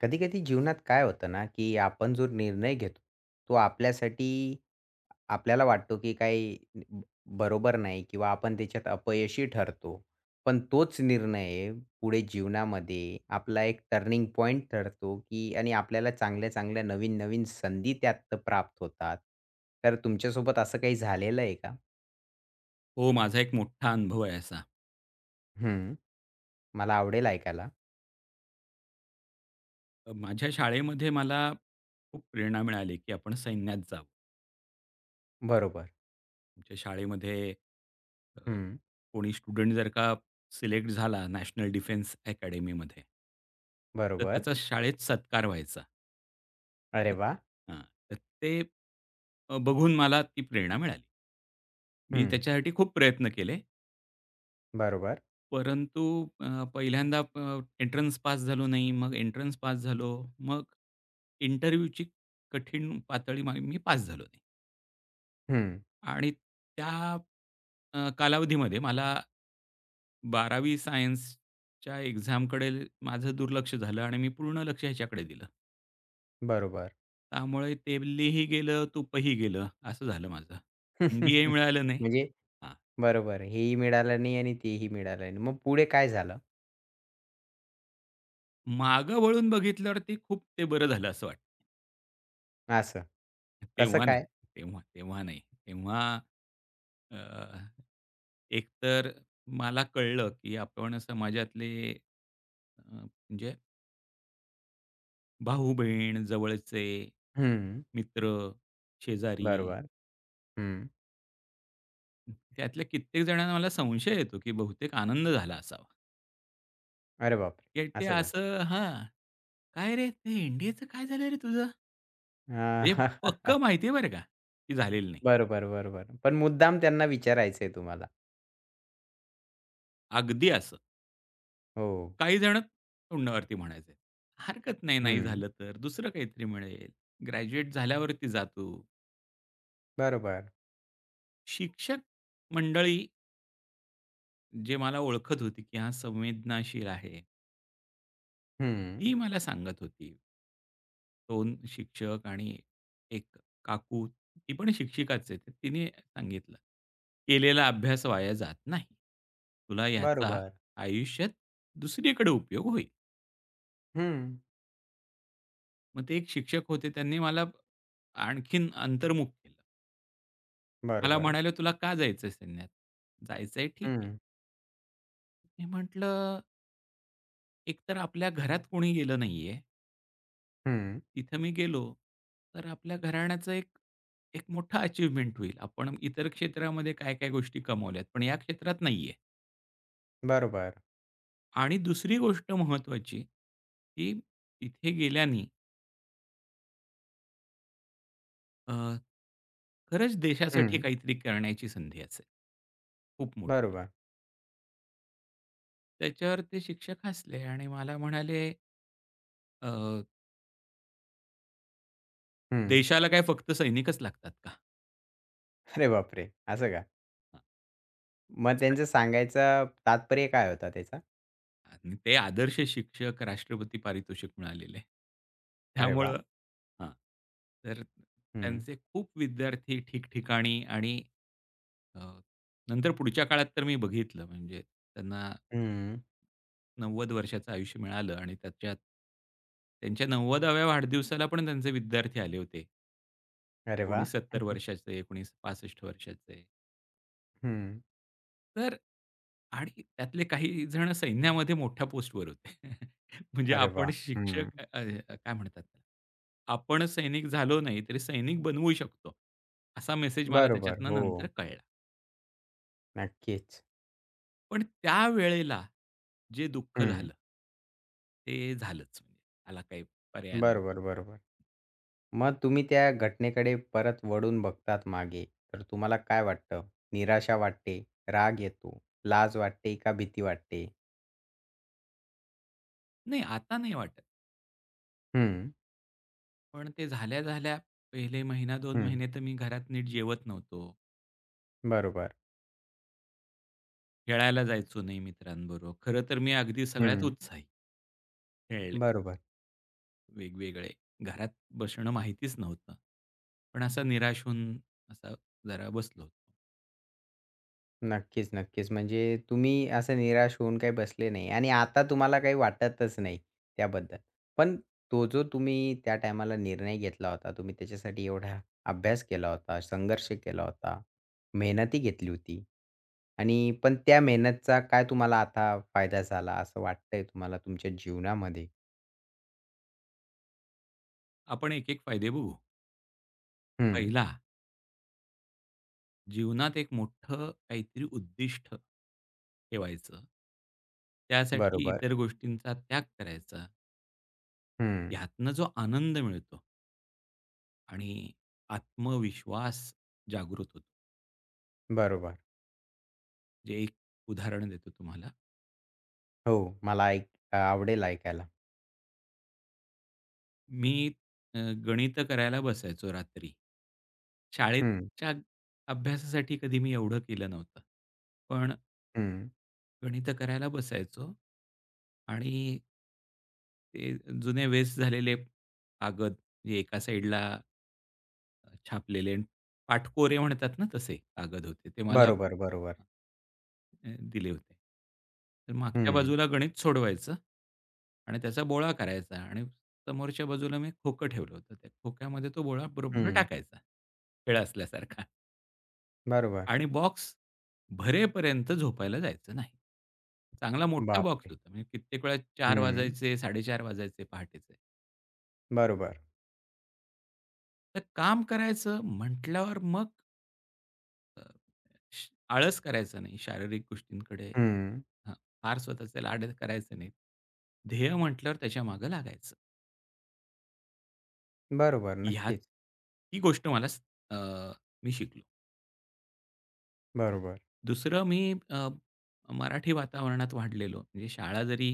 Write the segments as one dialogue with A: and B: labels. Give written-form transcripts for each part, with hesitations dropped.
A: कधी-कधी जीवनात काय होतं ना, की आपण जो निर्णय घेतो, तो आपल्यासाठी आपल्याला वाटतो, की काही ब बरोबर नाही किंवा आपण त्याच्यात अपयशी ठरतो. पण तोच निर्णय पुढे जीवनामध्ये आपला एक टर्निंग पॉइंट ठरतो, की आणि आपल्याला चांगल्या-चांगल्या, नवीन-नवीन संधी त्यात प्राप्त होतात. तर तुमच्यासोबत असं काही झालेलं आहे का?
B: हो, माझा एक मोठा अनुभव आहे असा.
A: हं, मला आवडेल ऐकायला.
B: माझ्या शाळेमध्ये मला खूप प्रेरणा मिळाली, की आपण सैन्यात जावं.
A: बरोबर.
B: आमच्या शाळेमध्ये अ,
A: हं,
B: कोणी स्टुडंट जर का सिलेक्ट झाला नॅशनल डिफेन्स अकॅडमीमध्ये तर
A: बरोबर.
B: त्याचा शाळेत सत्कार व्हायचा.
A: अरे
B: ते-
A: वाह!
B: हां, तर ते बघून मला ती प्रेरणा मिळाली. मी
A: हं,
B: त्याच्यासाठी खूप प्रयत्न केले.
A: बरोबर.
B: परंतु पहिल्यांदा एंट्रन्स पास झालो नाही. मग एंट्रन्स पास झालो. मग इंटरव्ह्यूची कठीण पातळी मी पास झालो नाही.
A: हं,
B: आणि त्या कालावधीमध्ये मला 12वी सायन्सच्या एक्झामकडे माझं दुर्लक्ष झालं आणि मी पूर्ण लक्ष ह्याच्याकडे दिलं.
A: बरोबर.
B: त्यामुळे तेलही गेलं, तुपही गेलं असं झालं माझं. एन मिळालं नाही.
A: म्हणजे
B: हां.
A: बरोबर. हेही मिळालं नाही आणि तेही मिळालं नाही. मग पुढे काय झालं?
B: मागं वळून बघितल्यावर ते खूप ते बरं झालं असं वाटतं.
A: असं. कसं
B: तेव्हा नाही.
A: काय?
B: तेव्हा नाही. तेव्हा अ, एकतर मला कळलं, की आपण समाजातले म्हणजे भाऊ-बहीण, जवळचे
A: हं.
B: मित्र, शेजारी
A: बरोबर. हं.
B: त्यातल्या कित्येक जणांना मला संशय येतो, की बहुतेक आनंद झाला असावा.
A: अरे बापरे!
B: की ते
A: असं का?
B: असं हां. "काय रे, ते एन-डी-एचं काय झालं रे तुझं?" हे
A: अ,
B: पक्कं माहिती आहे बरं का, की झालेलं नाही.
A: बरोबर, बरोबर. पण मुद्दाम त्यांना विचारायचंय तुम्हाला.
B: अगदी असं.
A: हो.
B: काही जण तोंडावरती म्हणायचे. हरकत नाही, नाही
A: हं.
B: झालं तर दुसरं काहीतरी मिळेल. ग्रॅज्युएट झाल्यावरती जा तू.
A: बरोबर.
B: शिक्षक मंडळी जे मला ओळखत होती, की हा संवेदनाशील आहे,
A: हं.
B: ती मला सांगत होती. 2 शिक्षक आणि 1 काकू, ती पण शिक्षिकाच आहे. तर तिने सांगितलं, "केलेला अभ्यास वाया जात नाही. तुला याचा
A: बरोबर.
B: आयुष्यात दुसरीकडे उपयोग होईल."
A: हं.
B: मग ते एक शिक्षक होते त्यांनी मला आणखीन अंतर्मुख केलं. मला
A: बरोबर.
B: म्हणाले, "तुला का जायचंय सैन्यात?" "जायचंय ठीक आहे."
A: हं.
B: मी म्हटलं, "एकतर आपल्या घरात कोणी गेलं नाहीये.
A: हं.
B: तिथं मी गेलो, तर आपल्या घराण्याचं एक एक मोठा अचीव्हमेंट होईल. आपण इतर क्षेत्रामध्ये काय-काय गोष्टी कमावल्यात, पण या क्षेत्रात नाहीये.
A: बरोबर.
B: आणि दुसरी गोष्ट महत्त्वाची, की तिथे गेल्याने अ, खरंच देशासाठी
A: हं.
B: काहीतरी करण्याची संधी असेल. खूप मोठी."
A: बरोबर.
B: त्याच्यावर ते शिक्षक हसले आणि मला म्हणाले, "अ,
A: हं.
B: देशाला काय फक्त सैनिकच लागतात का?"
A: अरे बापरे! असं का? मग त्यांचं सांगायचं तात्पर्य काय होता त्याचा?
B: आणि ते आदर्श शिक्षक राष्ट्रपती पारितोषिक मिळालेले.
A: अरे
B: त्यामुळं
A: वाह!
B: हां. तर
A: हं.
B: त्यांचे खूप विद्यार्थी ठिकठिकाणी आणि अ, नंतर पुढच्या काळात तर मी बघितलं म्हणजे त्यांना
A: हं.
B: 90 वर्षाचं आयुष्य मिळालं आणि त्याच्यात त्यांच्या 90व्या वाढदिवसाला पण त्यांचे विद्यार्थी आले होते.
A: अरे वा,
B: कोणी 70 वर्षाचे, कोणी 65 वर्षाचे.
A: हं.
B: तर आणि त्यातले काही जण सैन्यामध्ये मोठ्या पोस्टवर होते. म्हणजे
A: अरे
B: आपण
A: वाह! हं.
B: शिक्षक अ, अ, काय म्हणतात त्याला? आपण सैनिक झालो नाही, तरी सैनिक बनवू शकतो. असा मेसेज मला
A: बरोबर.
B: त्याच्यातनं नंतर
A: हो,
B: कळला.
A: नक्कीच.
B: पण त्यावेळेला जे दुःख
A: हं.
B: झालं ते झालंच. म्हणजे. त्याला काही पर्याय नव्हता.
A: बरोबर, बरोबर. मग तुम्ही त्या घटनेकडे परत वळून बघतात मागे, तर तुम्हाला काय वाटतं? निराशा वाटते, राग येतो, लाज वाटते का भीती वाटते?
B: नाही, आता नाही वाटत.
A: हं,
B: पण ते झाल्या-झाल्या पहिले महिना 2
A: हं.
B: महिने तर मी घरात नीट जेवत नव्हतो.
A: बरोबर.
B: खेळायला जायचो नाही मित्रांबरोबर. खरं तर मी अगदी सगळ्यात
A: हं.
B: उत्साही खेळला
A: बरोबर.
B: वेगवेगळे. घरात बसणं माहितीच नव्हतं. पण असा निराश होऊन असा जरा बसलो होतो.
A: नक्कीच, नक्कीच. म्हणजे तुम्ही असं निराश होऊन काही बसले नाही आणि आता तुम्हाला काही वाटतच नाही त्याबद्दल. पण तो जो तुम्ही त्या टायमाला निर्णय घेतला होता, तुम्ही त्याच्यासाठी एवढा अभ्यास केला होता, संघर्ष केला होता, मेहनतही घेतली होती आणि पण त्या मेहनतचा काय तुम्हाला आता फायदा झाला असं वाटतंय तुम्हाला तुमच्या जीवनामध्ये?
B: आपण एक-एक फायदे बघू.
A: हं,
B: पहिला, जीवनात एक मोठं काहीतरी उद्दिष्ट ठेवायचं. त्यासाठी
A: बरोबर.
B: इतर गोष्टींचा त्याग करायचा.
A: हं,
B: ह्यातनं जो आनंद मिळतो आणि आत्मविश्वास जागृत होतो.
A: बरोबर.
B: जे एक उदाहरण देतो तुम्हाला.
A: हो, मला ऐक आवडेल ऐकायला.
B: मी अ, गणितं करायला बसायचो रात्री.
A: हं,
B: शाळेच्या अभ्यासासाठी कधी मी एवढं केलं नव्हतं. पण
A: हं.
B: गणितं करायला बसायचो आणि ते जुने वेस्ट झालेले कागद, जे एका साइडला छापलेले आणि पाटकोरे म्हणतात ना तसे कागद होते. ते मला
A: बरोबर, बरोबर.
B: दिले होते. तर मागच्या
A: हं,
B: बाजूला गणित सोडवायचं आणि त्याचा बोळा करायचा आणि समोरच्या बाजूला मी खोकं ठेवलं होतं. त्या खोक्यामध्ये तो बोळा बरोबर
A: हं.
B: टाकायचा, खेळ असल्यासारखा
A: बरोबर.
B: आणि बॉक्स भरेपर्यंत झोपायला जायचं नाही. चांगला मोठा बॉक्स
A: बापरे!
B: होता. म्हणजे कित्येक वेळा 4
A: हं.
B: वाजायचे, 4:30 वाजायचे पहाटेचे.
A: बरोबर.
B: तर काम करायचं म्हटल्यावर मग अ, श आळस करायचा नाही शारीरिक गोष्टींकडे
A: हं.
B: हां, फार स्वतःचे लाड करायचे नाहीत. ध्येय म्हटल्यावर त्याच्यामागे लागायचं.
A: बरोबर.
B: ह्यात
A: नक्कीच.
B: ही गोष्ट मला अ, मी शिकलो.
A: बरोबर.
B: दुसरं मी अ, मराठी वातावरणात वाढलेलो. म्हणजे शाळा जरी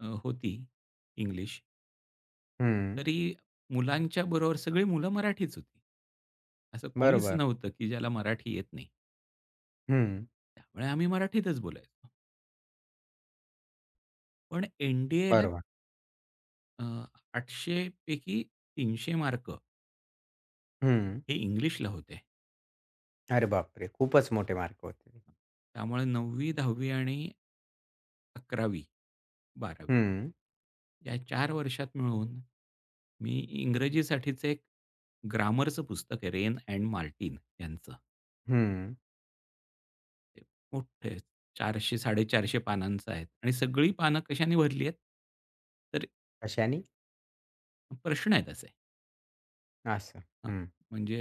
B: होती इंग्लिश,
A: हं.
B: तरी मुलांच्या बरोबर सगळी मुलं मराठीच होती. असं कोणीच
A: बरोबर.
B: नव्हतं, की ज्याला मराठी येत नाही.
A: हं.
B: त्यामुळे आम्ही मराठीतच बोलायचो. पण एन डी
A: बरोबर.
B: अ, 800 पैकी 300 मार्क
A: हं.
B: हे इंग्लिशला होते.
A: अरे बापरे! खूपच मोठे मार्क होते.
B: त्यामुळे 9वी, 10वी आणि 11वी, 12वी
A: हं.
B: या 4 वर्षात मिळून मी इंग्रजीसाठीचं एक ग्रामरचं पुस्तक आहे रेन एंड मार्टिन यांचं.
A: हं.
B: ते मोठं आहे. 450 पानांचं आहे आणि सगळी पानं कशाने भरली आहेत? तर
A: कशाने?
B: प्रश्न आहेत असे.
A: असं.
B: हां,
A: हं.
B: म्हणजे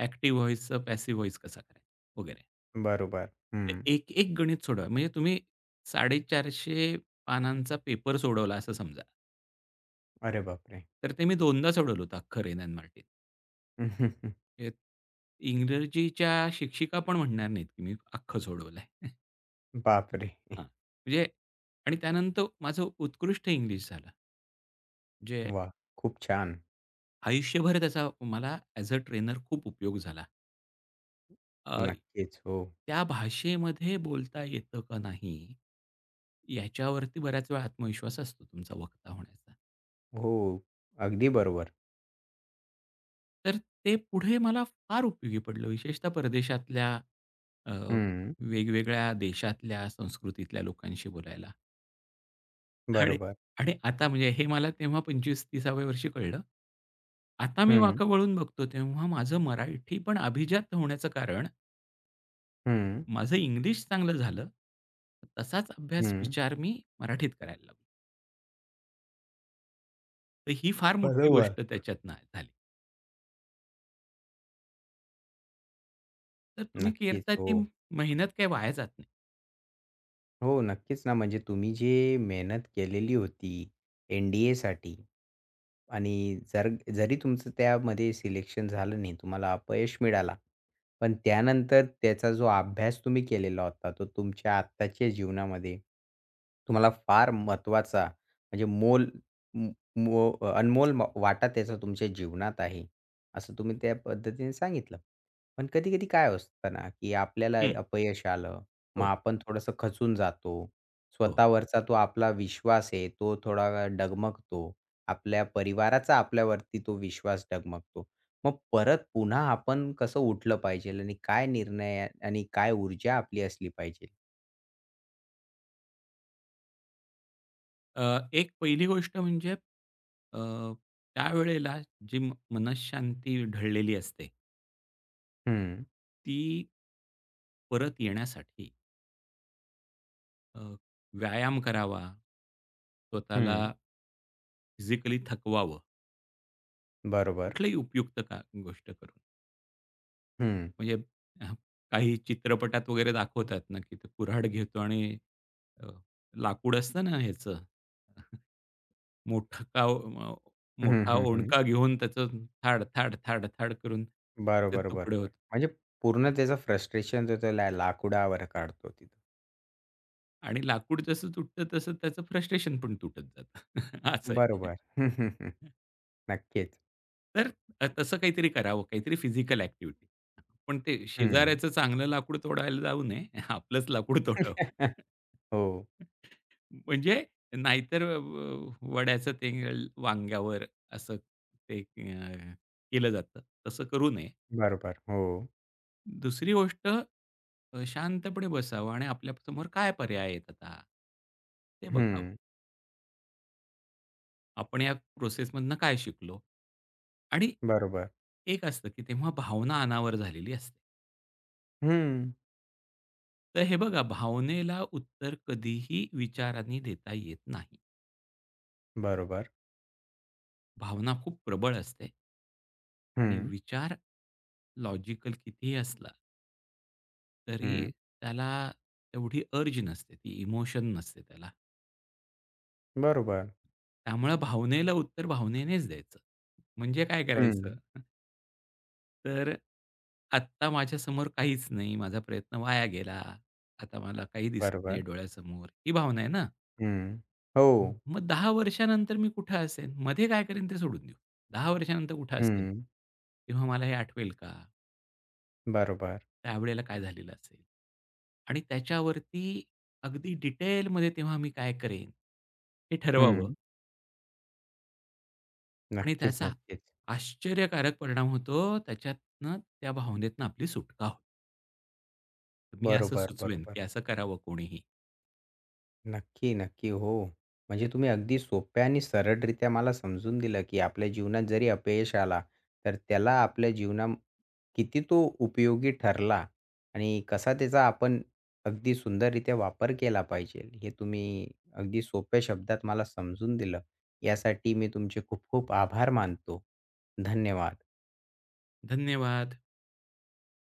B: ॲक्टिव्ह व्हॉईसचं पॅसिव्ह व्हॉईस कसा करायचा? वगैरे.
A: बरोबर.
B: तर
A: हं.
B: एक-एक गणित सोडवा. म्हणजे तुम्ही 450 पानांचा पेपर सोडवला असं समजा.
A: अरे बापरे!
B: तर ते मी 2दा सोडवलं होतं अख्खं रेन एंड मार्टिन. म्हणजे इंग्रजीच्या शिक्षिका पण म्हणणार नाहीत, की मी अख्खं सोडवलंय.
A: बापरे!
B: हां. म्हणजे आणि त्यानंतर माझं उत्कृष्ट इंग्लिश झालं. म्हणजे
A: वाह! खूप छान.
B: आयुष्यभर त्याचा मला ॲज अ ट्रेनर खूप उपयोग झाला. अ,
A: नक्कीच. हो.
B: त्या भाषेमध्ये बोलता येतं का नाही, याच्यावरती बऱ्याच वेळा आत्मविश्वास असतो तुमचा वक्ता होण्याचा.
A: हो. अगदी बरोबर.
B: तर ते पुढे मला फार उपयोगी पडलं. विशेषतः परदेशातल्या अ,
A: हं.
B: वेगवेगळ्या देशातल्या संस्कृतीतल्या लोकांशी बोलायला. आणि
A: बरोबर.
B: आणि आता म्हणजे हे मला तेव्हा 25-30व्या वर्षी कळलं. आता मी
A: हं.
B: वाकं वळून बघतो तेव्हा माझं मराठी पण अभिजात होण्याचं कारण
A: हं.
B: माझं इंग्लिश चांगलं झालं. तसाच अभ्यास,
A: हं.
B: विचार मी मराठीत करायला लागलो. तर ही फार मोठी
A: बरोबर.
B: गोष्ट त्याच्यातनं झाली. तर तुम्ही
A: नक्कीच.
B: करता
A: हो.
B: ती मेहनत काही वाया जात नाही.
A: हो, नक्कीच ना. म्हणजे तुम्ही जी मेहनत केलेली होती एन-डी-एसाठी आणि जरी तुमचं त्यामध्ये सिलेक्शन झालं नाही, तुम्हाला अपयश मिळाला. पण त्यानंतर त्याचा जो अभ्यास तुम्ही केलेला होता, तो तुमच्या आत्ताच्या जीवनामध्ये तुम्हाला फार महत्त्वाचा म्हणजे मोल म मो अनमोल वाटा त्याचा तुमच्या जीवनात आहे, असं तुम्ही त्या पद्धतीने सांगितलं. पण कधी-कधी काय असतं ना, की आपल्याला
B: हं.
A: अपयश आलं मग
B: हो,
A: आपण थोडंसं खचून जातो.
B: हो.
A: स्वतःवरचा तो आपला विश्वास आहे, तो थोडा डगमगतो. आपल्या परिवाराचा आपल्यावरती तो विश्वास डगमगतो. मग परत पुन्हा आपण कसं उठलं पाहिजेल आणि काय निर्णय आणि काय ऊर्जा आपली असली पाहिजे?
B: एक पहिली गोष्ट म्हणजे अ, त्यावेळेला जी मनःशांती ढळलेली असते,
A: हं,
B: ती परत येण्यासाठी अ, व्यायाम करावा, स्वतःला
A: हं.
B: फिजिकली थकवावं,
A: बरोबर.
B: कुठलंही उपयुक्त का गोष्ट करून.
A: हं.
B: म्हणजे अ, काही चित्रपटात वगैरे दाखवतात ना, की ते कुऱ्हाड घेतो आणि अ, लाकूड असतं ना ह्याचं मोठा काव अ,
A: हं,
B: मोठा
A: हं, हं.
B: ओंडका घेऊन त्याचं थाड, थाड, थाड, थाड करून त्याचे
A: बरोबर,
B: तुकडे
A: बरोबर.
B: होत
A: म्हणजे पूर्ण
B: हां.
A: त्याचं फ्रस्ट्रेशन जो त्याला लाकुडावर काढतो तिथं.
B: आणि लाकूड जसं तुटतं तसं त्याचं फ्रस्ट्रेशन पण तुटत जातं. असं आहे.
A: बरोबर. हं, हं, हं. नक्कीच.
B: तर तसं काहीतरी करावं, काहीतरी फिजिकल ॲक्टिव्हिटी. पण ते
A: हं.
B: शेजाऱ्याचं चांगलं लाकूड तोडायला जाऊ नये. आपलंच लाकूड तोडावं.
A: हो.
B: म्हणजे नाहीतर वड्याचं ते वांग्यावर असं ते केलं जातं. तसं करू नये.
A: बरोबर. हो.
B: दुसरी गोष्ट शांतपणे बसावं आणि आपल्यासमोर काय पर्याय आहेत आता? ते बघावं.
A: हं,
B: आपण या प्रोसेसमधनं काय शिकलो? आणि
A: बरोबर.
B: एक असतं, की तेव्हा भावना अनावर झालेली असते.
A: हं,
B: तर हे बघा, भावनेला उत्तर कधीही विचारांनी देता येत नाही.
A: बरोबर.
B: भावना खूप प्रबळ असते. आणि
A: हं,
B: विचार लॉजिकल कितीही असला, तरी
A: हं,
B: त्याला तेवढी अर्ज नसते, ती इमोशन नसते त्याला.
A: बरोबर.
B: त्यामुळे भावनेला उत्तर भावनेनेच द्यायचं. म्हणजे काय करायचं?
A: हं,
B: तर आत्ता माझ्यासमोर काहीच नाही. माझा प्रयत्न वाया गेला. आता मला काही दिसत नाही
A: बरोबर.
B: डोळ्यासमोर. ही भावना आहे ना?
A: हं,
B: हं.
A: हो.
B: मग 10 वर्षानंतर मी कुठे असेन? मध्ये काय करेन ते सोडून देऊ. 10 वर्षानंतर कुठे असेन?
A: हं,
B: तेव्हा मला हे आठवेल का?
A: बरोबर.
B: त्यावेळेला काय झालेलं असेल? आणि त्याच्यावरती अगदी डिटेलमध्ये तेव्हा मी काय करेन? हे ठरवावं.
A: हं,
B: आणि
A: नक्कीच,
B: त्याचा
A: नक्कीच.
B: आश्चर्यकारक परिणाम होतो. त्याच्यातनं त्या भावनेतनं आपली सुटका होते. मी असं
A: बरोबर,
B: सुचवेन, की
A: बरोबर.
B: असं करावं कोणीही.
A: नक्की, नक्की. हो. म्हणजे तुम्ही अगदी सोप्या आणि सरळरित्या मला समजून दिलं, की आपल्या जीवनात जरी अपयश आला, तर त्याला आपल्या जीवना किती तो उपयोगी ठरला आणि कसा त्याचा आपण अगदी सुंदररित्या वापर केला पाहिजे, हे तुम्ही अगदी सोप्या शब्दात मला समजून दिलं. यासाठी मी तुमचे खूप खूप आभार मानतो. धन्यवाद.
B: धन्यवाद.